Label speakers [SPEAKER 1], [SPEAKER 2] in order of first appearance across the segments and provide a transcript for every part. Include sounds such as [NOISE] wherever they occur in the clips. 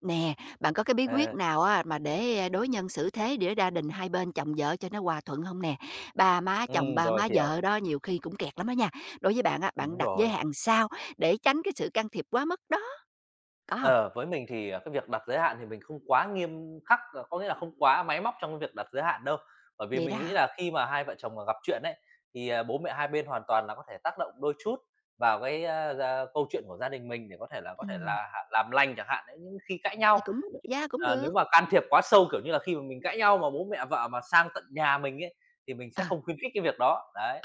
[SPEAKER 1] Nè, bạn có cái bí quyết
[SPEAKER 2] À,
[SPEAKER 1] nào á mà đối nhân xử thế để gia đình hai bên chồng vợ cho nó hòa thuận không nè? Ba má chồng, ba
[SPEAKER 2] rồi,
[SPEAKER 1] má
[SPEAKER 2] hiểu.
[SPEAKER 1] vợ đó nhiều khi cũng kẹt lắm á nha. Đối với bạn á, bạn
[SPEAKER 2] Đúng
[SPEAKER 1] đặt giới
[SPEAKER 2] rồi.
[SPEAKER 1] hạn sao để tránh cái sự can thiệp quá mức đó? Có không?
[SPEAKER 2] Ờ, với mình thì, cái việc đặt giới hạn thì mình không quá nghiêm khắc, có nghĩa là không quá máy móc trong cái việc đặt giới hạn đâu. Bởi vì
[SPEAKER 1] Vậy đó
[SPEAKER 2] mình nghĩ
[SPEAKER 1] hả?
[SPEAKER 2] là khi mà hai vợ chồng mà gặp chuyện ấy, thì, bố mẹ hai bên hoàn toàn là có thể tác động đôi chút vào cái, gia câu chuyện của gia đình mình để có thể là
[SPEAKER 1] Ừm,
[SPEAKER 2] hạ làm lành chẳng hạn, những khi cãi
[SPEAKER 1] thì
[SPEAKER 2] nhau.
[SPEAKER 1] cũng yeah, cũng
[SPEAKER 2] Ờ,
[SPEAKER 1] được.
[SPEAKER 2] nếu mà can thiệp quá sâu, kiểu như là, khi mà mình cãi nhau mà bố mẹ vợ mà sang tận nhà mình ấy, thì mình
[SPEAKER 1] Ờ.
[SPEAKER 2] sẽ không khuyến khích cái việc đó. Đấy,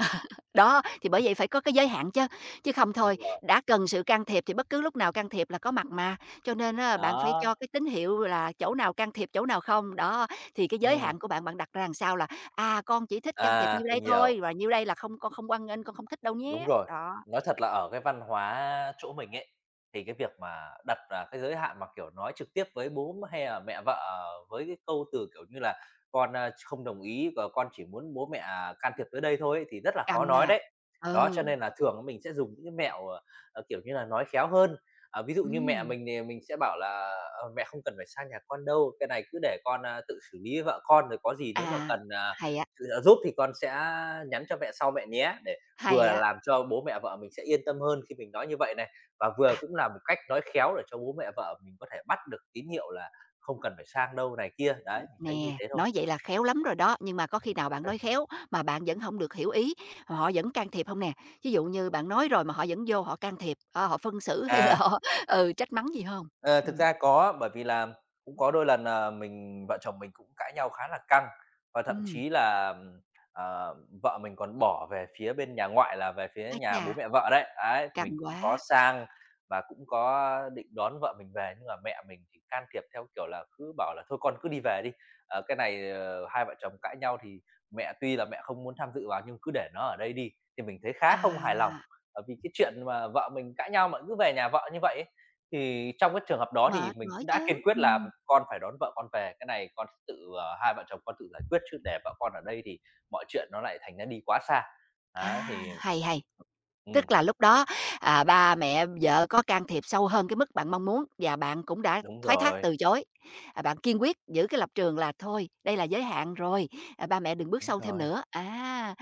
[SPEAKER 1] Đó, thì bởi vậy phải có cái giới hạn chứ, chứ không
[SPEAKER 2] đúng
[SPEAKER 1] thôi
[SPEAKER 2] rồi.
[SPEAKER 1] đã cần sự can thiệp thì bất cứ lúc nào can thiệp là có mặt mà, cho nên á bạn phải
[SPEAKER 2] Đó,
[SPEAKER 1] cho cái tín hiệu là chỗ nào can thiệp, chỗ nào không. Đó, thì cái giới
[SPEAKER 2] ừm,
[SPEAKER 1] hạn của bạn, bạn đặt ra làm sao là "À, con chỉ thích can thiệp nhiêu đây
[SPEAKER 2] mình hiểu.
[SPEAKER 1] thôi, và nhiêu đây là không, con không quan nghênh, con không thích đâu
[SPEAKER 2] Đúng
[SPEAKER 1] nhé."
[SPEAKER 2] rồi.
[SPEAKER 1] Đó,
[SPEAKER 2] Nói thật là ở cái văn hóa chỗ mình ấy, thì cái việc mà đặt ra cái giới hạn mà, kiểu, nói trực tiếp với bố m hay là mẹ vợ à, với cái câu từ, kiểu như là, "Con, không đồng ý và con chỉ muốn bố mẹ à, can thiệp tới đây thôi" ấy, thì rất là khó
[SPEAKER 1] cần
[SPEAKER 2] nói
[SPEAKER 1] à.
[SPEAKER 2] đấy. Đó, cho
[SPEAKER 1] Ừ,
[SPEAKER 2] nên là thường mình sẽ dùng những cái mẹo, kiểu như là, nói khéo hơn. À, ví dụ như mẹ
[SPEAKER 1] ừm,
[SPEAKER 2] mình thì mình sẽ bảo là "Ờ, mẹ không cần phải sang nhà con đâu, cái này cứ để con, tự xử lý với vợ con, rồi có gì nếu mà
[SPEAKER 1] à,
[SPEAKER 2] cần, à,
[SPEAKER 1] hay á,
[SPEAKER 2] sự trợ giúp thì con sẽ nhắn cho mẹ sau mẹ nhé" để vừa
[SPEAKER 1] hay
[SPEAKER 2] là
[SPEAKER 1] á.
[SPEAKER 2] làm cho bố mẹ vợ mình sẽ yên tâm hơn khi mình nói như vậy này, và vừa
[SPEAKER 1] À.
[SPEAKER 2] cũng là một cách nói khéo để cho bố mẹ vợ mình có thể bắt được tín hiệu là không cần phải sang đâu này kia. Đấy, mình thấy như
[SPEAKER 1] Nè,
[SPEAKER 2] thế thôi.
[SPEAKER 1] nói vậy là khéo lắm rồi đó, nhưng mà có khi nào bạn nói khéo mà bạn vẫn không được hiểu ý, họ vẫn can thiệp không nè? Ví dụ như bạn nói rồi mà họ vẫn vô họ can thiệp, họ phân xử [LAUGHS] hay là
[SPEAKER 2] À.
[SPEAKER 1] họ, [LAUGHS] ừ, trách mắng gì không?
[SPEAKER 2] Ờ,
[SPEAKER 1] Ừ.
[SPEAKER 2] thực ra có, bởi vì là cũng có đôi lần, vợ chồng mình cũng cãi nhau khá là căng và thậm
[SPEAKER 1] Ừ.
[SPEAKER 2] chí là, ờ, vợ mình còn bỏ về phía bên nhà ngoại là về phía
[SPEAKER 1] Ai
[SPEAKER 2] nhà
[SPEAKER 1] chà,
[SPEAKER 2] bố mẹ vợ đấy. Ấy,
[SPEAKER 1] căng
[SPEAKER 2] mình cũng
[SPEAKER 1] quá,
[SPEAKER 2] có sang và cũng có định đón vợ mình về, nhưng mà mẹ mình thì can thiệp theo kiểu là cứ bảo là "Thôi con cứ đi về đi, cái này, hai vợ chồng cãi nhau thì mẹ tuy là mẹ không muốn tham dự vào nhưng cứ để nó ở đây đi." Thì mình thấy khá không
[SPEAKER 1] à,
[SPEAKER 2] hài lòng, bởi vì cái chuyện mà vợ mình cãi nhau mà cứ về nhà vợ như vậy ấy, thì trong cái trường hợp đó thì
[SPEAKER 1] mệt
[SPEAKER 2] mình
[SPEAKER 1] mỏi
[SPEAKER 2] cũng đã
[SPEAKER 1] chứ,
[SPEAKER 2] kiên quyết là con phải đón vợ con về, cái này con tự, ờ hai vợ chồng con tự giải quyết, chứ để vợ con ở đây thì mọi chuyện nó lại thành ra đi quá xa. Á,
[SPEAKER 1] à,
[SPEAKER 2] thì
[SPEAKER 1] hay, hay.
[SPEAKER 2] ừm,
[SPEAKER 1] Tức là lúc đó, à, ba mẹ vợ có can thiệp sâu hơn cái mức bạn mong muốn và bạn cũng đã
[SPEAKER 2] đúng
[SPEAKER 1] thoái thác
[SPEAKER 2] rồi,
[SPEAKER 1] từ chối. À, bạn kiên quyết giữ cái lập trường là "Thôi, đây là giới hạn rồi, à, ba mẹ đừng bước
[SPEAKER 2] đúng
[SPEAKER 1] sâu thêm
[SPEAKER 2] rồi.
[SPEAKER 1] nữa." À,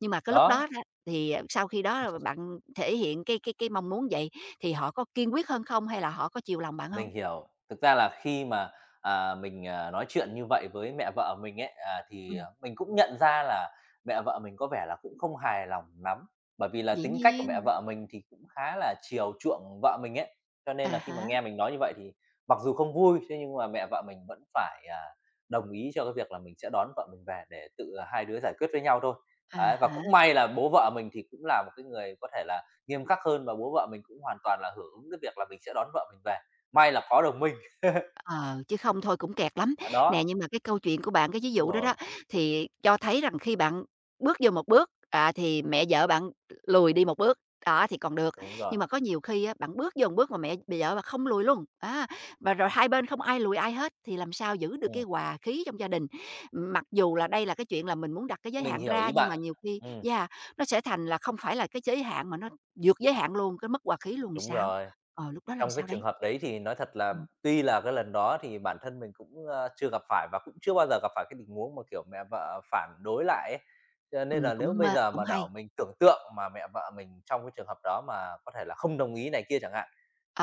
[SPEAKER 1] nhưng mà cái lúc
[SPEAKER 2] Đó.
[SPEAKER 1] đó đó thì sau khi đó là bạn thể hiện cái mong muốn vậy thì họ có kiên quyết hơn không hay là họ có chiều lòng bạn không?
[SPEAKER 2] Mình hiểu. Thực ra là khi mà, mình, nói chuyện như vậy với mẹ vợ mình ấy, thì,
[SPEAKER 1] Ừm,
[SPEAKER 2] mình cũng nhận ra là mẹ vợ mình có vẻ là cũng không hài lòng lắm. Bởi vì là
[SPEAKER 1] dĩ
[SPEAKER 2] tính cách của
[SPEAKER 1] nhiên.
[SPEAKER 2] mẹ vợ mình thì cũng khá là chiều chuộng vợ mình ấy, cho nên
[SPEAKER 1] À
[SPEAKER 2] là khi mà
[SPEAKER 1] hả.
[SPEAKER 2] nghe mình nói như vậy thì mặc dù không vui, thế nhưng mà mẹ vợ mình vẫn phải, đồng ý cho cái việc là mình sẽ đón vợ mình về để tự à, hai đứa giải quyết với nhau thôi.
[SPEAKER 1] À
[SPEAKER 2] Đấy, và
[SPEAKER 1] hả.
[SPEAKER 2] cũng may là bố vợ mình thì cũng là một cái người có thể là nghiêm khắc hơn và bố vợ mình cũng hoàn toàn là hưởng ứng cái việc là mình sẽ đón vợ mình về. May là có được mình,
[SPEAKER 1] Ờ, chứ không thôi cũng kẹt lắm.
[SPEAKER 2] à, đó.
[SPEAKER 1] Nè, nhưng mà cái câu chuyện của bạn, cái ví
[SPEAKER 2] Đúng
[SPEAKER 1] dụ đó
[SPEAKER 2] rồi,
[SPEAKER 1] đó, thì cho thấy rằng khi bạn bước vô một bước, à, thì mẹ vợ bạn lùi đi một bước, đó, thì còn được.
[SPEAKER 2] đúng rồi.
[SPEAKER 1] Nhưng mà có nhiều khi á, bạn bước vô một bước mà mẹ mẹ vợ bạn không lùi luôn, à, và rồi hai bên không ai lùi ai hết, thì làm sao giữ được cái
[SPEAKER 2] Ừm,
[SPEAKER 1] hòa khí trong gia đình. Mặc dù là đây là cái chuyện là mình muốn đặt cái giới
[SPEAKER 2] mình
[SPEAKER 1] hạn
[SPEAKER 2] hiểu
[SPEAKER 1] ra,
[SPEAKER 2] ý
[SPEAKER 1] nhưng
[SPEAKER 2] bạn.
[SPEAKER 1] mà nhiều khi
[SPEAKER 2] Ừm,
[SPEAKER 1] yeah, nó sẽ thành là không phải là cái giới hạn mà nó vượt giới hạn luôn, cái mất hòa khí luôn
[SPEAKER 2] đúng
[SPEAKER 1] sao?
[SPEAKER 2] rồi.
[SPEAKER 1] Ờ, lúc đó làm
[SPEAKER 2] Trong cái
[SPEAKER 1] sao
[SPEAKER 2] trường
[SPEAKER 1] đấy?
[SPEAKER 2] hợp đấy thì nói thật là
[SPEAKER 1] Ừm,
[SPEAKER 2] tuy là cái lần đó thì bản thân mình cũng, chưa gặp phải và cũng chưa bao giờ gặp phải cái tình huống mà, kiểu, mẹ vợ phản đối lại ấy. Cho nên là
[SPEAKER 1] cũng
[SPEAKER 2] nếu bây
[SPEAKER 1] mơ
[SPEAKER 2] giờ
[SPEAKER 1] cũng
[SPEAKER 2] mà đảo
[SPEAKER 1] hay.
[SPEAKER 2] mình tưởng tượng mà mẹ vợ mình trong cái trường hợp đó mà có thể là không đồng ý này kia chẳng hạn,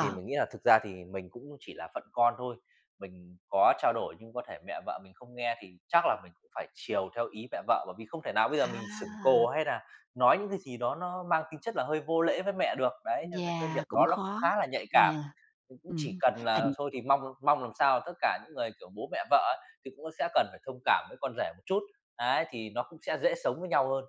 [SPEAKER 2] thì mình nghĩ là thực ra thì mình cũng chỉ là phận con thôi. Mình có trao đổi nhưng có thể mẹ vợ mình không nghe thì chắc là mình cũng phải chiều theo ý mẹ vợ, bởi vì không thể nào bây giờ mình sửng cồ
[SPEAKER 1] à,
[SPEAKER 2] hay là nói những cái gì đó nó mang tính chất là hơi vô lễ với mẹ được. Đấy, cho nên cái
[SPEAKER 1] yeah,
[SPEAKER 2] việc
[SPEAKER 1] cũng
[SPEAKER 2] đó nó cũng
[SPEAKER 1] khó,
[SPEAKER 2] khá là nhạy cảm.
[SPEAKER 1] yeah,
[SPEAKER 2] Mình cũng chỉ
[SPEAKER 1] ừm,
[SPEAKER 2] cần là
[SPEAKER 1] thành
[SPEAKER 2] thôi thì mong mong làm sao tất cả những người, kiểu, bố mẹ vợ ấy, thì cũng sẽ cần phải thông cảm với con rể một chút, đấy, thì nó cũng sẽ dễ sống với nhau hơn.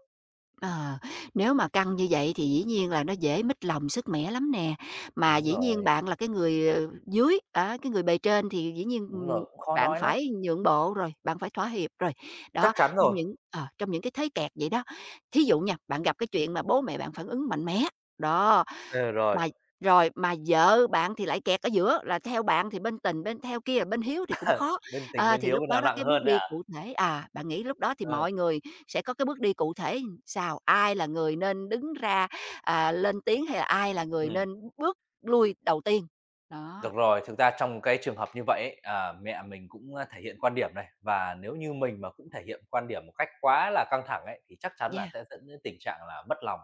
[SPEAKER 1] ờ, nếu mà căng như vậy thì dĩ nhiên là nó dễ mích lòng, sứt mẻ lắm nè. Mà
[SPEAKER 2] Đúng
[SPEAKER 1] dĩ nhiên
[SPEAKER 2] rồi,
[SPEAKER 1] bạn là cái người, ờ, dưới, á, cái người bề trên thì dĩ nhiên,
[SPEAKER 2] đúng rồi, cũng khó
[SPEAKER 1] bạn
[SPEAKER 2] nói lắm.
[SPEAKER 1] phải nhượng bộ rồi, bạn phải thỏa hiệp rồi.
[SPEAKER 2] Chắc
[SPEAKER 1] Đó,
[SPEAKER 2] chắn rồi,
[SPEAKER 1] trong những cái thế kẹt vậy đó, thí dụ nha, bạn gặp cái chuyện mà bố mẹ bạn phản ứng mạnh mẽ, đó.
[SPEAKER 2] ờ, rồi,
[SPEAKER 1] Mà rồi mà vợ bạn thì lại kẹt ở giữa, là theo bạn thì bên tình, bên theo kia là bên hiếu thì cũng khó.
[SPEAKER 2] [LAUGHS] bên tình
[SPEAKER 1] À,
[SPEAKER 2] bên
[SPEAKER 1] thì
[SPEAKER 2] hiếu
[SPEAKER 1] lúc
[SPEAKER 2] bên
[SPEAKER 1] đó
[SPEAKER 2] nào
[SPEAKER 1] đó
[SPEAKER 2] nặng
[SPEAKER 1] cái bước
[SPEAKER 2] hơn đấy
[SPEAKER 1] đi
[SPEAKER 2] hả?
[SPEAKER 1] cụ thể à, bạn nghĩ lúc đó thì
[SPEAKER 2] Ờ,
[SPEAKER 1] mọi người sẽ có cái bước đi cụ thể sao? Ai là người nên đứng ra, à, lên tiếng hay là ai là người
[SPEAKER 2] ừm,
[SPEAKER 1] nên bước lui đầu tiên? Đó,
[SPEAKER 2] được rồi, thực ra trong cái trường hợp như vậy ấy, mẹ mình cũng, thể hiện quan điểm này, và nếu như mình mà cũng thể hiện quan điểm một cách quá là căng thẳng ấy, thì chắc chắn là
[SPEAKER 1] yeah,
[SPEAKER 2] sẽ dẫn đến tình trạng là mất lòng.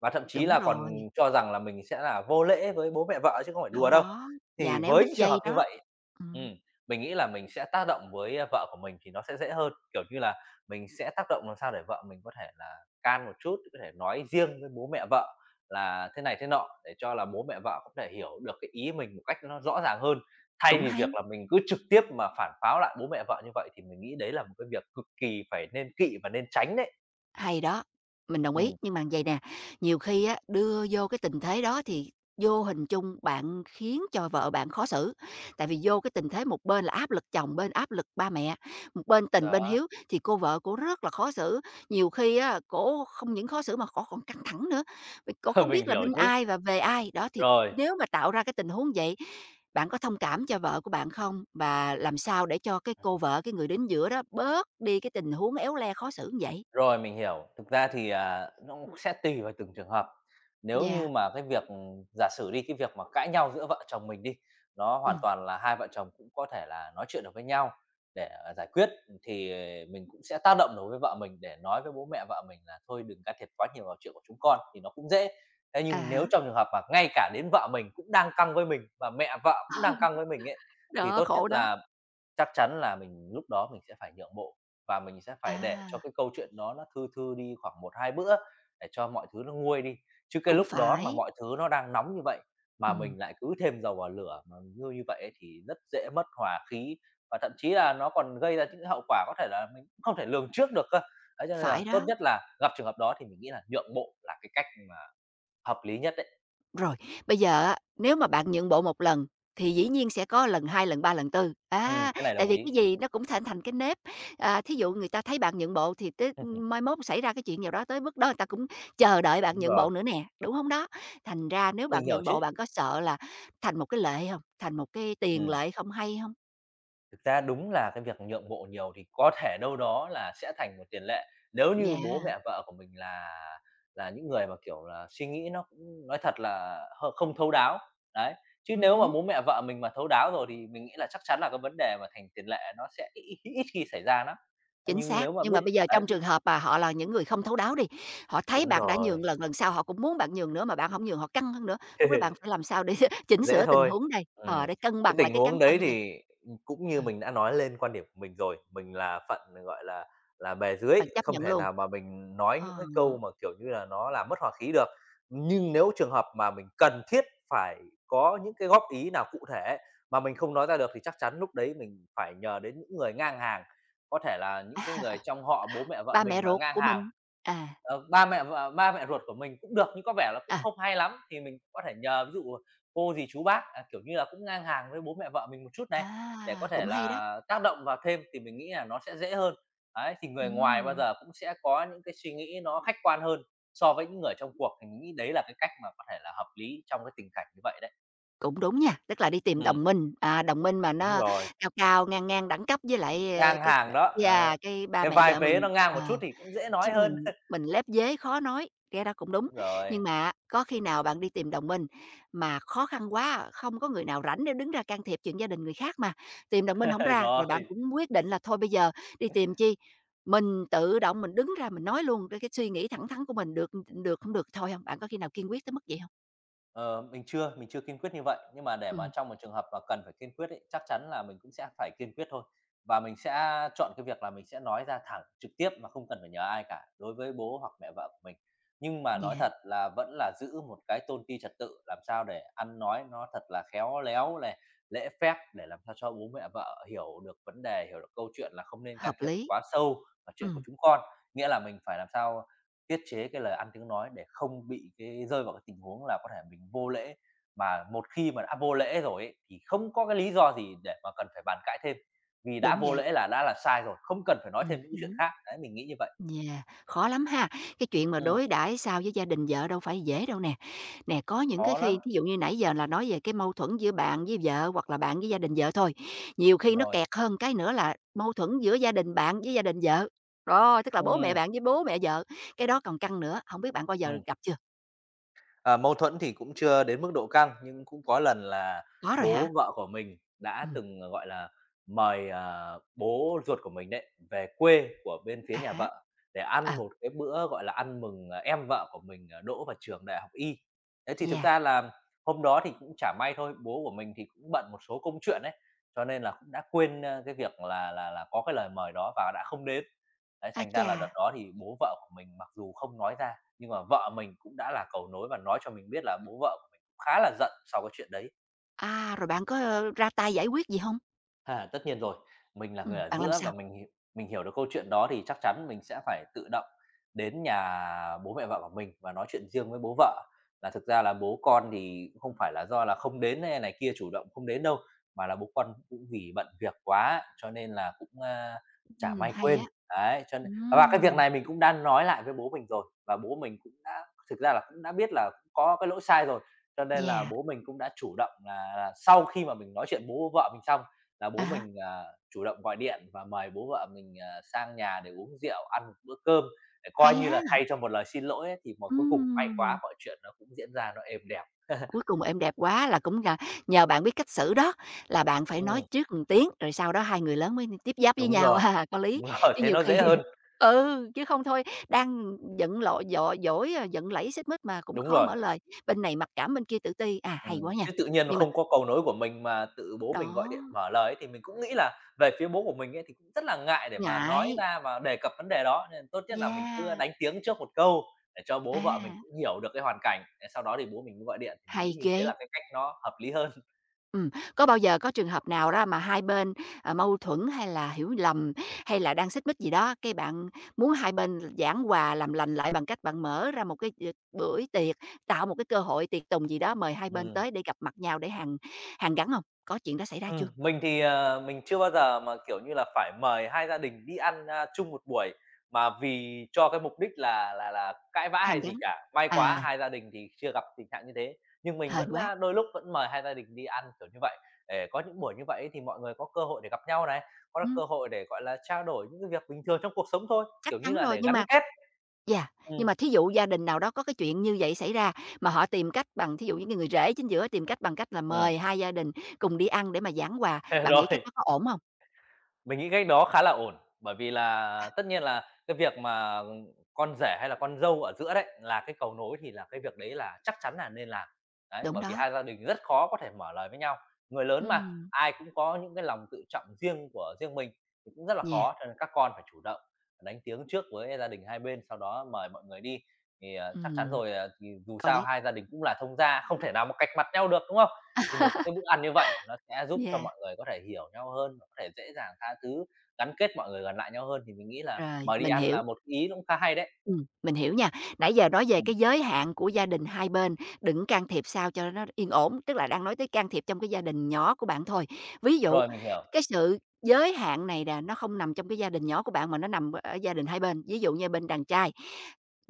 [SPEAKER 2] Và thậm chí
[SPEAKER 1] đúng
[SPEAKER 2] là
[SPEAKER 1] rồi,
[SPEAKER 2] còn cho rằng là mình sẽ là vô lễ với bố mẹ vợ chứ không phải
[SPEAKER 1] đó,
[SPEAKER 2] đùa đâu.
[SPEAKER 1] đó, và
[SPEAKER 2] Thì
[SPEAKER 1] néo
[SPEAKER 2] với
[SPEAKER 1] đứt
[SPEAKER 2] những trường
[SPEAKER 1] dây
[SPEAKER 2] hợp như
[SPEAKER 1] đó,
[SPEAKER 2] vậy
[SPEAKER 1] ừm,
[SPEAKER 2] ừm, mình nghĩ là mình sẽ tác động với, vợ của mình thì nó sẽ dễ hơn, kiểu như là, mình sẽ tác động làm sao để vợ mình có thể là can một chút, có thể nói riêng với bố mẹ vợ là thế này thế nọ, để cho là bố mẹ vợ có thể hiểu được cái ý mình một cách nó rõ ràng hơn. Thay
[SPEAKER 1] cũng
[SPEAKER 2] vì
[SPEAKER 1] hay.
[SPEAKER 2] việc là mình cứ trực tiếp mà phản pháo lại bố mẹ vợ như vậy thì mình nghĩ đấy là một cái việc cực kỳ phải nên kỵ và nên tránh đấy.
[SPEAKER 1] Hay đó, mình đồng ý,
[SPEAKER 2] Ừm,
[SPEAKER 1] nhưng mà vậy nè, nhiều khi á, đưa vô cái tình thế đó thì vô hình chung bạn khiến cho vợ bạn khó xử, tại vì vô cái tình thế một bên là áp lực chồng, bên áp lực ba mẹ, một bên tình bên
[SPEAKER 2] đó,
[SPEAKER 1] hiếu thì cô vợ cổ rất là khó xử. Nhiều khi á, cổ không những khó xử mà cổ còn căng thẳng nữa, vì cổ không
[SPEAKER 2] [LAUGHS] mình
[SPEAKER 1] biết là
[SPEAKER 2] hiểu
[SPEAKER 1] bên
[SPEAKER 2] chứ.
[SPEAKER 1] ai và về ai. Đó, thì
[SPEAKER 2] Rồi.
[SPEAKER 1] nếu mà tạo ra cái tình huống vậy, bạn có thông cảm cho vợ của bạn không? Và làm sao để cho cái cô vợ, cái người đứng giữa đó bớt đi cái tình huống éo le khó xử như vậy?
[SPEAKER 2] Rồi, mình hiểu. Thực ra thì, nó cũng sẽ tùy vào từng trường hợp. Nếu
[SPEAKER 1] Yeah.
[SPEAKER 2] như mà cái việc ừ, giả sử đi, cái việc mà cãi nhau giữa vợ chồng mình đi, nó hoàn
[SPEAKER 1] Ừm,
[SPEAKER 2] toàn là hai vợ chồng cũng có thể là nói chuyện được với nhau để, giải quyết, ừ, thì mình cũng sẽ tác động đối với vợ mình để nói với bố mẹ vợ mình là "Thôi đừng can thiệp quá nhiều vào chuyện của chúng con" thì nó cũng dễ. Thế
[SPEAKER 1] à
[SPEAKER 2] nhưng
[SPEAKER 1] há,
[SPEAKER 2] nếu trong trường hợp mà ngay cả đến vợ mình cũng đang căng với mình và mẹ vợ cũng đang căng với mình ấy, thì
[SPEAKER 1] đó,
[SPEAKER 2] tốt nhất
[SPEAKER 1] khổ đó.
[SPEAKER 2] là chắc chắn là mình lúc đó mình sẽ phải nhượng bộ và mình sẽ phải để cho
[SPEAKER 1] À,
[SPEAKER 2] cái câu chuyện đó nó thư thư đi khoảng một 2 bữa để cho mọi thứ nó nguôi đi. Chứ cái
[SPEAKER 1] cũng
[SPEAKER 2] lúc đó mà
[SPEAKER 1] phải,
[SPEAKER 2] mọi thứ nó đang nóng như vậy mà
[SPEAKER 1] ừm,
[SPEAKER 2] mình lại cứ thêm dầu vào lửa mà như như vậy ấy thì rất dễ mất hòa khí và thậm chí là nó còn gây ra những cái hậu quả có thể là mình cũng không thể lường trước được cơ. Đấy, cho nên là
[SPEAKER 1] phải
[SPEAKER 2] tốt
[SPEAKER 1] đó.
[SPEAKER 2] nhất là gặp trường hợp đó thì mình nghĩ là nhượng bộ là cái cách mà hợp lý nhất đấy.
[SPEAKER 1] Rồi, bây giờ á, nếu mà bạn nhượng bộ một lần thì dĩ nhiên sẽ có lần 2, lần 3, lần tư, á,
[SPEAKER 2] Cái này
[SPEAKER 1] tại
[SPEAKER 2] đồng
[SPEAKER 1] vì cái
[SPEAKER 2] ý.
[SPEAKER 1] gì nó cũng thành thành cái nếp. À, thí dụ người ta thấy bạn nhượng bộ thì tới
[SPEAKER 2] [LAUGHS]
[SPEAKER 1] mai mốt xảy ra cái chuyện nào đó tới mức đó người ta cũng chờ đợi bạn
[SPEAKER 2] Đúng
[SPEAKER 1] nhượng bộ
[SPEAKER 2] rồi,
[SPEAKER 1] nữa nè, đúng hông đó? Thành ra nếu bạn
[SPEAKER 2] mình hiểu
[SPEAKER 1] nhượng
[SPEAKER 2] chứ.
[SPEAKER 1] bộ bạn có sợ là thành một cái lệ hông? Thành một cái tiền
[SPEAKER 2] Ừ,
[SPEAKER 1] lệ không hay hông?
[SPEAKER 2] thực ra đúng là cái việc nhượng bộ nhiều thì có thể đâu đó là sẽ thành một tiền lệ. Nếu như bố
[SPEAKER 1] Yeah,
[SPEAKER 2] mẹ vợ của mình là những người mà, kiểu là, suy nghĩ nó cũng nói thật là h không thấu đáo, đấy. Chứ nếu mà
[SPEAKER 1] hứm.
[SPEAKER 2] bố mẹ vợ mình mà thấu đáo rồi thì mình nghĩ là chắc chắn là cái vấn đề mà thành tiền lệ nó sẽ ít ít khi xảy ra lắm.
[SPEAKER 1] Chính
[SPEAKER 2] Nhưng
[SPEAKER 1] xác,
[SPEAKER 2] nếu mà
[SPEAKER 1] nhưng mà
[SPEAKER 2] biết
[SPEAKER 1] bây giờ
[SPEAKER 2] đấy,
[SPEAKER 1] trong
[SPEAKER 2] biết
[SPEAKER 1] trường hợp mà họ là những người không thấu đáo đi, họ thấy
[SPEAKER 2] đúng
[SPEAKER 1] bạn đã
[SPEAKER 2] rồi.
[SPEAKER 1] nhường lần, lần sau họ cũng muốn bạn nhường nữa mà bạn không nhường họ căng hơn nữa, lúc đó bạn
[SPEAKER 2] [LAUGHS]
[SPEAKER 1] phải làm sao để [LAUGHS] chỉnh
[SPEAKER 2] Dễ
[SPEAKER 1] sửa tình
[SPEAKER 2] thôi.
[SPEAKER 1] huống đây? Ờ,
[SPEAKER 2] Ừm,
[SPEAKER 1] để cân
[SPEAKER 2] cái
[SPEAKER 1] bằng lại
[SPEAKER 2] tình
[SPEAKER 1] cái cán
[SPEAKER 2] huống đấy
[SPEAKER 1] cân đây.
[SPEAKER 2] thì, cũng
[SPEAKER 1] Ừ,
[SPEAKER 2] như mình đã nói lên quan điểm của mình rồi, mình là phận, gọi là bề dưới,
[SPEAKER 1] bạn chấp
[SPEAKER 2] không
[SPEAKER 1] nhận
[SPEAKER 2] thể
[SPEAKER 1] luôn.
[SPEAKER 2] nào mà mình nói những
[SPEAKER 1] Ờ,
[SPEAKER 2] cái câu mà, kiểu như là, nó làm mất hòa khí được. Nhưng nếu trường hợp mà mình cần thiết phải có những cái góp ý nào cụ thể ấy, mà mình không nói ra được thì chắc chắn lúc đấy mình phải nhờ đến những người ngang hàng, có thể là những cái người trong họ bố mẹ vợ
[SPEAKER 1] ba mẹ
[SPEAKER 2] mình mà
[SPEAKER 1] ruột
[SPEAKER 2] ngang
[SPEAKER 1] của
[SPEAKER 2] hàng,
[SPEAKER 1] mình. À,
[SPEAKER 2] ba mẹ vợ ba mẹ ruột của mình cũng được, nhưng có vẻ là cũng
[SPEAKER 1] à,
[SPEAKER 2] không hay lắm, thì mình có thể nhờ ví dụ cô dì chú bác, à, kiểu như là, cũng ngang hàng với bố mẹ vợ mình một chút này, để có
[SPEAKER 1] à,
[SPEAKER 2] thể
[SPEAKER 1] cũng hay đó.
[SPEAKER 2] là tác động vào thêm thì mình nghĩ là nó sẽ dễ hơn. Đấy, thì người ngoài bao
[SPEAKER 1] Ừm,
[SPEAKER 2] giờ cũng sẽ có những cái suy nghĩ nó khách quan hơn so với những người trong cuộc, thì mình nghĩ đấy là cái cách mà có thể là hợp lý trong cái tình cảnh như vậy đấy.
[SPEAKER 1] cũng đúng nha, tức là đi tìm
[SPEAKER 2] Ừm,
[SPEAKER 1] đồng minh, à, đồng minh mà
[SPEAKER 2] đúng
[SPEAKER 1] nó
[SPEAKER 2] rồi,
[SPEAKER 1] cao cao, ngang ngang đẳng cấp với lại, ờ,
[SPEAKER 2] ngang
[SPEAKER 1] cái
[SPEAKER 2] hàng đó,
[SPEAKER 1] yeah, cái ba
[SPEAKER 2] cái
[SPEAKER 1] mẹ
[SPEAKER 2] vai
[SPEAKER 1] vợ
[SPEAKER 2] vế
[SPEAKER 1] mình.
[SPEAKER 2] nó ngang một
[SPEAKER 1] Ờ.
[SPEAKER 2] chút thì cũng dễ
[SPEAKER 1] Chứ
[SPEAKER 2] nói hơn.
[SPEAKER 1] mình
[SPEAKER 2] [LAUGHS]
[SPEAKER 1] mình lép vế khó nói, nghe ra cũng đúng.
[SPEAKER 2] Đúng rồi,
[SPEAKER 1] Nhưng mà á, có khi nào bạn đi tìm đồng minh mà khó khăn quá, không có người nào rảnh để đứng ra can thiệp chuyện gia đình người khác mà, tìm đồng minh không
[SPEAKER 2] [LAUGHS]
[SPEAKER 1] ra, rồi bạn
[SPEAKER 2] rồi.
[SPEAKER 1] cũng quyết định là thôi bây giờ đi tìm chi, mình tự động mình đứng ra mình nói luôn cái suy nghĩ thẳng thắn của mình được, được không được thôi không? Bạn có khi nào kiên quyết tới mức vậy không?
[SPEAKER 2] Mình chưa kiên quyết như vậy, nhưng mà để mà
[SPEAKER 1] Ừ.
[SPEAKER 2] trong một trường hợp mà cần phải kiên quyết ấy, chắc chắn là mình cũng sẽ phải kiên quyết thôi. Và mình sẽ chọn cái việc là mình sẽ nói ra thẳng trực tiếp mà không cần phải nhờ ai cả, đối với bố hoặc mẹ vợ của mình. Nhưng mà nói
[SPEAKER 1] Yeah,
[SPEAKER 2] thật là vẫn là giữ một cái tôn ti trật tự, làm sao để ăn nói nó thật là khéo léo này, lễ phép để làm sao cho bố mẹ vợ hiểu được vấn đề, hiểu được câu chuyện là không nên can
[SPEAKER 1] hợp
[SPEAKER 2] thiệp
[SPEAKER 1] lý.
[SPEAKER 2] quá sâu vào chuyện của
[SPEAKER 1] Ừ,
[SPEAKER 2] chúng con. Nghĩa là mình phải làm sao tiết chế cái lời ăn tiếng nói để không bị cái rơi vào cái tình huống là có thể mình vô lễ. Mà một khi mà đã vô lễ rồi ấy, thì không có cái lý do gì để mà cần phải bàn cãi thêm, vì đã
[SPEAKER 1] đúng
[SPEAKER 2] vô
[SPEAKER 1] vậy.
[SPEAKER 2] lễ là đã là sai rồi, không cần phải nói thêm những chuyện
[SPEAKER 1] Ừm,
[SPEAKER 2] khác. Đấy, mình nghĩ như vậy.
[SPEAKER 1] dạ khó lắm ha. Cái chuyện mà
[SPEAKER 2] Ừm.
[SPEAKER 1] đối đãi sao với gia đình vợ đâu phải dễ đâu nè. Nè, có những cái
[SPEAKER 2] Khó lắm.
[SPEAKER 1] khi ví dụ như nãy giờ là nói về cái mâu thuẫn giữa bạn với vợ hoặc là bạn với gia đình vợ thôi. Nhiều khi nó
[SPEAKER 2] Rồi.
[SPEAKER 1] kẹt hơn cái nữa là mâu thuẫn giữa gia đình bạn với gia đình vợ. Rồi, tức là bố mẹ
[SPEAKER 2] Ừm,
[SPEAKER 1] bạn với bố mẹ vợ. Cái đó còn căng nữa, không biết bạn bao giờ
[SPEAKER 2] ừm.
[SPEAKER 1] gặp chưa?
[SPEAKER 2] Ờ, Mâu thuẫn thì cũng chưa đến mức độ căng, nhưng cũng có lần là
[SPEAKER 1] Có rồi hả?
[SPEAKER 2] bố vợ của mình đã
[SPEAKER 1] Ừm,
[SPEAKER 2] từng, gọi là, mời, bố ruột của mình đấy về quê của bên phía
[SPEAKER 1] à
[SPEAKER 2] nhà
[SPEAKER 1] hả,
[SPEAKER 2] vợ để
[SPEAKER 1] ờ,
[SPEAKER 2] ăn một cái bữa, gọi là, ăn mừng, à, em vợ của mình, à, đỗ vào trường đại học y. Thế thì thực
[SPEAKER 1] dạ.
[SPEAKER 2] ra là hôm đó thì cũng chả may thôi, bố của mình thì cũng bận một số công chuyện đấy cho nên là cũng đã quên, ơ, cái việc là có cái lời mời đó và đã không đến. Đấy,
[SPEAKER 1] A
[SPEAKER 2] thành ra
[SPEAKER 1] chà,
[SPEAKER 2] là đợt đó thì bố vợ của mình mặc dù không nói ra nhưng mà vợ mình cũng đã là cầu nối và nói cho mình biết là bố vợ của mình cũng khá là giận sau cái chuyện đấy.
[SPEAKER 1] à, rồi bạn có, ơ, ra tay giải quyết gì không?
[SPEAKER 2] Ha, tất nhiên rồi, mình là người ở
[SPEAKER 1] Bạn làm
[SPEAKER 2] giữa và
[SPEAKER 1] sao?
[SPEAKER 2] mình hiểu được câu chuyện đó thì chắc chắn mình sẽ phải tự động đến nhà bố mẹ vợ của mình và nói chuyện riêng với bố vợ là thực ra là bố con thì cũng không phải là do là không đến hay này kia chủ động không đến đâu, mà là bố con cũng vì bận việc quá cho nên là cũng, chả may
[SPEAKER 1] Hay á.
[SPEAKER 2] quên. Đấy, cho nên và cái việc
[SPEAKER 1] Ừm,
[SPEAKER 2] này mình cũng đã nói lại với bố mình rồi và bố mình cũng đã thực ra là cũng đã biết là cũng có cái lỗi sai rồi, cho nên là
[SPEAKER 1] yeah,
[SPEAKER 2] bố mình cũng đã chủ động là sau khi mà mình nói chuyện bố vợ mình xong là
[SPEAKER 1] à
[SPEAKER 2] bố
[SPEAKER 1] hả,
[SPEAKER 2] mình, chủ động gọi điện và mời bố vợ mình, sang nhà để uống rượu, ăn một bữa cơm, để coi
[SPEAKER 1] hay
[SPEAKER 2] như là
[SPEAKER 1] ha.
[SPEAKER 2] thay cho một lời xin lỗi ấy, thì mà cuối cùng may
[SPEAKER 1] Ừm,
[SPEAKER 2] quá mọi chuyện nó cũng diễn ra nó êm đẹp.
[SPEAKER 1] cuối
[SPEAKER 2] [LAUGHS]
[SPEAKER 1] cùng "Em đẹp quá" là cũng là nhờ bạn biết cách xử đó, là bạn phải nói
[SPEAKER 2] Ừm.
[SPEAKER 1] trước một tiếng, rồi sau đó hai người lớn mới tiếp giáp với
[SPEAKER 2] Đúng
[SPEAKER 1] nhau, [LAUGHS]
[SPEAKER 2] rồi,
[SPEAKER 1] à, có lý.
[SPEAKER 2] đúng [LAUGHS] rồi,
[SPEAKER 1] Chứ
[SPEAKER 2] thế
[SPEAKER 1] nhiều
[SPEAKER 2] nó
[SPEAKER 1] khi
[SPEAKER 2] dễ hơn.
[SPEAKER 1] [LAUGHS] ừ, chứ không thôi đang giận lộ dọ dỗi, à, giận lẫy xích mích mà cũng
[SPEAKER 2] Đúng
[SPEAKER 1] khó
[SPEAKER 2] rồi.
[SPEAKER 1] mở lời, bên này mặc cảm bên kia tự ti, à, hay quá nha.
[SPEAKER 2] Chứ tự nhiên
[SPEAKER 1] Nhưng mà
[SPEAKER 2] không có cầu nối của mình mà tự bố mình gọi
[SPEAKER 1] đó,
[SPEAKER 2] điện mở lời ấy, thì mình cũng nghĩ là về phía bố của mình ấy thì cũng rất là ngại để mà nói
[SPEAKER 1] ngại,
[SPEAKER 2] ra và đề cập vấn đề đó, nên tốt nhất là mình cứ
[SPEAKER 1] yeah,
[SPEAKER 2] đánh tiếng trước một câu để cho bố vợ mình
[SPEAKER 1] à,
[SPEAKER 2] cũng hiểu được cái hoàn cảnh, để sau đó thì bố mình mới gọi điện, thì mình nghĩ
[SPEAKER 1] hay
[SPEAKER 2] như
[SPEAKER 1] ghê.
[SPEAKER 2] thế là cái cách nó hợp lý hơn.
[SPEAKER 1] Ừm, có bao giờ có trường hợp nào đó mà hai bên, à, mâu thuẫn hay là hiểu lầm, hay là đang xích mích gì đó, cái bạn muốn hai bên giảng hòa, làm lành lại bằng cách bạn mở ra một cái d bữa tiệc, tạo một cái cơ hội tiệc tùng gì đó mời hai
[SPEAKER 2] [LAUGHS]
[SPEAKER 1] bên
[SPEAKER 2] Ừm.
[SPEAKER 1] tới để gặp mặt nhau để hàn hàn gắn không? Có chuyện đó xảy ra chưa?
[SPEAKER 2] Mình thì, mình chưa bao giờ mà, kiểu như là, phải mời hai gia đình đi ăn, chung một buổi mà vì cho cái mục đích là cãi vã
[SPEAKER 1] Hàn
[SPEAKER 2] hay
[SPEAKER 1] gắn.
[SPEAKER 2] gì cả. May quá
[SPEAKER 1] À,
[SPEAKER 2] hai gia đình thì chưa gặp tình trạng như thế, nhưng mình
[SPEAKER 1] hên
[SPEAKER 2] vẫn,
[SPEAKER 1] quá.
[SPEAKER 2] đôi lúc vẫn mời hai gia đình đi ăn, kiểu như vậy. Để có những buổi như vậy thì mọi người có cơ hội để gặp nhau này, có
[SPEAKER 1] Ừm,
[SPEAKER 2] cơ hội để, gọi là, trao đổi những cái việc bình thường trong cuộc sống thôi,
[SPEAKER 1] chắc
[SPEAKER 2] kiểu như
[SPEAKER 1] chắn
[SPEAKER 2] là,
[SPEAKER 1] rồi,
[SPEAKER 2] để
[SPEAKER 1] nhưng
[SPEAKER 2] gắn
[SPEAKER 1] mà
[SPEAKER 2] kết.
[SPEAKER 1] dạ
[SPEAKER 2] ừ
[SPEAKER 1] nhưng mà thí dụ gia đình nào đó có cái chuyện như vậy xảy ra mà họ tìm cách bằng thí dụ những cái người rể chính giữa tìm cách bằng cách là
[SPEAKER 2] ừm,
[SPEAKER 1] mời hai gia đình cùng đi ăn để mà giảng hòa,
[SPEAKER 2] [LAUGHS]
[SPEAKER 1] bạn nghĩ cách
[SPEAKER 2] rồi.
[SPEAKER 1] đó có ổn không?
[SPEAKER 2] Mình nghĩ cái đó khá là ổn, bởi vì là tất nhiên là cái việc mà, con rể hay là con dâu ở giữa đấy là cái cầu nối thì là cái việc đấy là chắc chắn là nên làm. Đấy,
[SPEAKER 1] Đúng
[SPEAKER 2] bởi vì
[SPEAKER 1] đó,
[SPEAKER 2] hai gia đình rất khó có thể mở lời với nhau, người lớn mà,
[SPEAKER 1] ừm,
[SPEAKER 2] ai cũng có những cái lòng tự trọng riêng của riêng mình thì cũng rất là
[SPEAKER 1] yeah,
[SPEAKER 2] khó, cho nên các con phải chủ động đánh tiếng trước với gia đình hai bên, sau đó mời mọi người đi. Thì, chắc chắn
[SPEAKER 1] ừm,
[SPEAKER 2] rồi, thì dù
[SPEAKER 1] có
[SPEAKER 2] sao
[SPEAKER 1] lý.
[SPEAKER 2] hai gia đình cũng là thông gia, không thể nào mà cạch mặt nhau được, đúng không? Thì một cái bữa ăn như vậy nó sẽ giúp cho
[SPEAKER 1] Yeah,
[SPEAKER 2] mọi người có thể hiểu nhau hơn và có thể dễ dàng tha thứ, gắn kết mọi người gần lại nhau hơn, thì mình nghĩ là
[SPEAKER 1] rồi,
[SPEAKER 2] mời đi
[SPEAKER 1] mình
[SPEAKER 2] ăn là
[SPEAKER 1] hiểu.
[SPEAKER 2] một ý nó cũng khá hay đấy.
[SPEAKER 1] Mình hiểu nha. Nãy giờ nói về
[SPEAKER 2] Ừm.
[SPEAKER 1] cái giới hạn của gia đình hai bên, đừng can thiệp sao cho nó yên ổn, tức là đang nói tới can thiệp trong cái gia đình nhỏ của bạn thôi. Ví dụ,
[SPEAKER 2] Rồi, mình hiểu,
[SPEAKER 1] cái sự giới hạn này là nó không nằm trong cái gia đình nhỏ của bạn mà nó nằm ở gia đình hai bên. Ví dụ như bên đàn trai,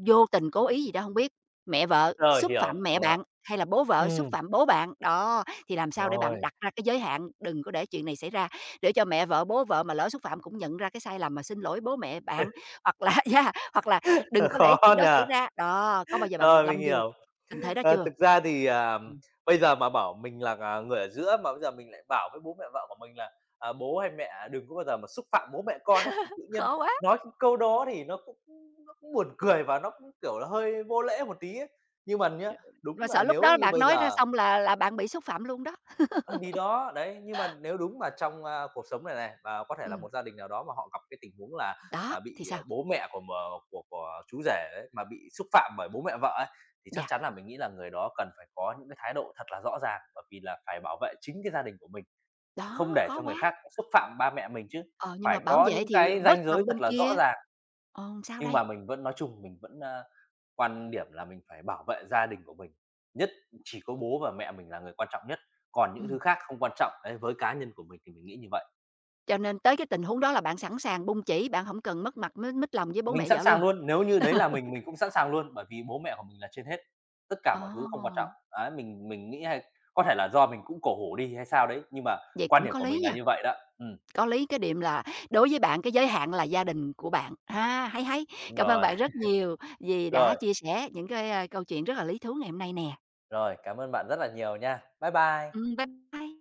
[SPEAKER 1] vô tình cố ý gì đó không biết, mẹ vợ
[SPEAKER 2] rồi,
[SPEAKER 1] xúc
[SPEAKER 2] hiểu,
[SPEAKER 1] phạm mẹ
[SPEAKER 2] đúng rồi.
[SPEAKER 1] bạn, hay là bố vợ xúc
[SPEAKER 2] Ừm,
[SPEAKER 1] phạm bố bạn, đó, thì làm sao để
[SPEAKER 2] rồi,
[SPEAKER 1] bạn đặt ra cái giới hạn đừng có để chuyện này xảy ra, để cho mẹ vợ, bố vợ mà lỡ xúc phạm cũng nhận ra cái sai lầm mà xin lỗi bố mẹ bạn. Hoặc là [LAUGHS] yeah, hoặc là đừng
[SPEAKER 2] [LAUGHS]
[SPEAKER 1] có để chuyện
[SPEAKER 2] khó
[SPEAKER 1] đó
[SPEAKER 2] nhỉ?
[SPEAKER 1] xảy ra. Đó, có bao giờ bạn
[SPEAKER 2] Rồi,
[SPEAKER 1] lâm
[SPEAKER 2] mình
[SPEAKER 1] vô
[SPEAKER 2] hiểu.
[SPEAKER 1] tình thế đó
[SPEAKER 2] Ờ,
[SPEAKER 1] chưa?
[SPEAKER 2] thực ra thì, à,
[SPEAKER 1] Ừm,
[SPEAKER 2] bây giờ mà bảo mình là, à, người ở giữa mà bây giờ mình lại bảo với bố mẹ vợ của mình là, à, "Bố hay mẹ à, đừng có bao giờ mà xúc phạm bố mẹ con" ấy, thì tự nhiên
[SPEAKER 1] khó quá,
[SPEAKER 2] nói cái câu đó thì nó cũng buồn cười và nó cũng, kiểu là, hơi vô lễ một tí ấy. Nhưng mà nhá,
[SPEAKER 1] mà
[SPEAKER 2] đúng là
[SPEAKER 1] sợ lúc
[SPEAKER 2] nếu
[SPEAKER 1] đó
[SPEAKER 2] như
[SPEAKER 1] bạn
[SPEAKER 2] bây
[SPEAKER 1] nói ra
[SPEAKER 2] giờ.
[SPEAKER 1] xong là bạn bị xúc phạm luôn đó.
[SPEAKER 2] Ờ, thì đó, đấy, nhưng mà nếu đúng mà trong, cuộc sống này này, và có thể là
[SPEAKER 1] Ừm,
[SPEAKER 2] một gia đình nào đó mà họ gặp cái tình huống là
[SPEAKER 1] đó,
[SPEAKER 2] là bị,
[SPEAKER 1] thì sao?
[SPEAKER 2] bố mẹ của m của chú rể ấy, mà bị xúc phạm bởi bố mẹ vợ ấy, thì chắc
[SPEAKER 1] Dạ,
[SPEAKER 2] chắn là mình nghĩ là người đó cần phải có những cái thái độ thật là rõ ràng, bởi vì là phải bảo vệ chính cái gia đình của mình, không
[SPEAKER 1] đó,
[SPEAKER 2] để
[SPEAKER 1] khó
[SPEAKER 2] cho người
[SPEAKER 1] quá.
[SPEAKER 2] khác xúc phạm ba mẹ mình chứ.
[SPEAKER 1] Ờ, nhưng
[SPEAKER 2] Phải
[SPEAKER 1] mà bảo
[SPEAKER 2] có
[SPEAKER 1] vệ
[SPEAKER 2] những
[SPEAKER 1] thì
[SPEAKER 2] cái
[SPEAKER 1] bớt
[SPEAKER 2] ranh giới
[SPEAKER 1] lòng bên
[SPEAKER 2] thật là rõ
[SPEAKER 1] kia,
[SPEAKER 2] ràng,
[SPEAKER 1] ờ, sao
[SPEAKER 2] nhưng
[SPEAKER 1] đây?
[SPEAKER 2] mà mình vẫn nói chung. Quan điểm là mình phải bảo vệ gia đình của mình, nhất chỉ có bố và mẹ mình là người quan trọng nhất, còn những thứ
[SPEAKER 1] Ừm,
[SPEAKER 2] khác không quan trọng. Đấy, với cá nhân của mình thì mình nghĩ như vậy.
[SPEAKER 1] cho nên tới cái tình huống đó là bạn sẵn sàng bung chỉ, bạn hổng cần mất mặt mới mít lòng với bố
[SPEAKER 2] Mình
[SPEAKER 1] mẹ
[SPEAKER 2] sẵn
[SPEAKER 1] vợ luôn.
[SPEAKER 2] sàng luôn, nếu như đấy là
[SPEAKER 1] [LAUGHS]
[SPEAKER 2] mình cũng sẵn sàng luôn, bởi vì bố mẹ của mình là trên hết, tất cả mọi thứ không quan
[SPEAKER 1] Ồ,
[SPEAKER 2] trọng. Đấy, mình nghĩ hay có thể là do mình cũng cổ hủ đi hay sao đấy, nhưng mà
[SPEAKER 1] vậy
[SPEAKER 2] quan
[SPEAKER 1] cũng
[SPEAKER 2] điểm
[SPEAKER 1] có
[SPEAKER 2] của
[SPEAKER 1] lý
[SPEAKER 2] mình là
[SPEAKER 1] nha.
[SPEAKER 2] như vậy đó.
[SPEAKER 1] Có lý cái điểm là đối với bạn cái giới hạn là gia đình của bạn. A, hay, hay!
[SPEAKER 2] Đúng
[SPEAKER 1] Cảm ơn
[SPEAKER 2] rồi.
[SPEAKER 1] bạn
[SPEAKER 2] [LAUGHS]
[SPEAKER 1] rất nhiều vì đã
[SPEAKER 2] Rồi,
[SPEAKER 1] chia sẻ những cái, a, câu chuyện rất là lý thú ngày hôm nay nè.
[SPEAKER 2] rồi, cảm ơn bạn rất là nhiều nha. Bye bye.
[SPEAKER 1] Bye bye.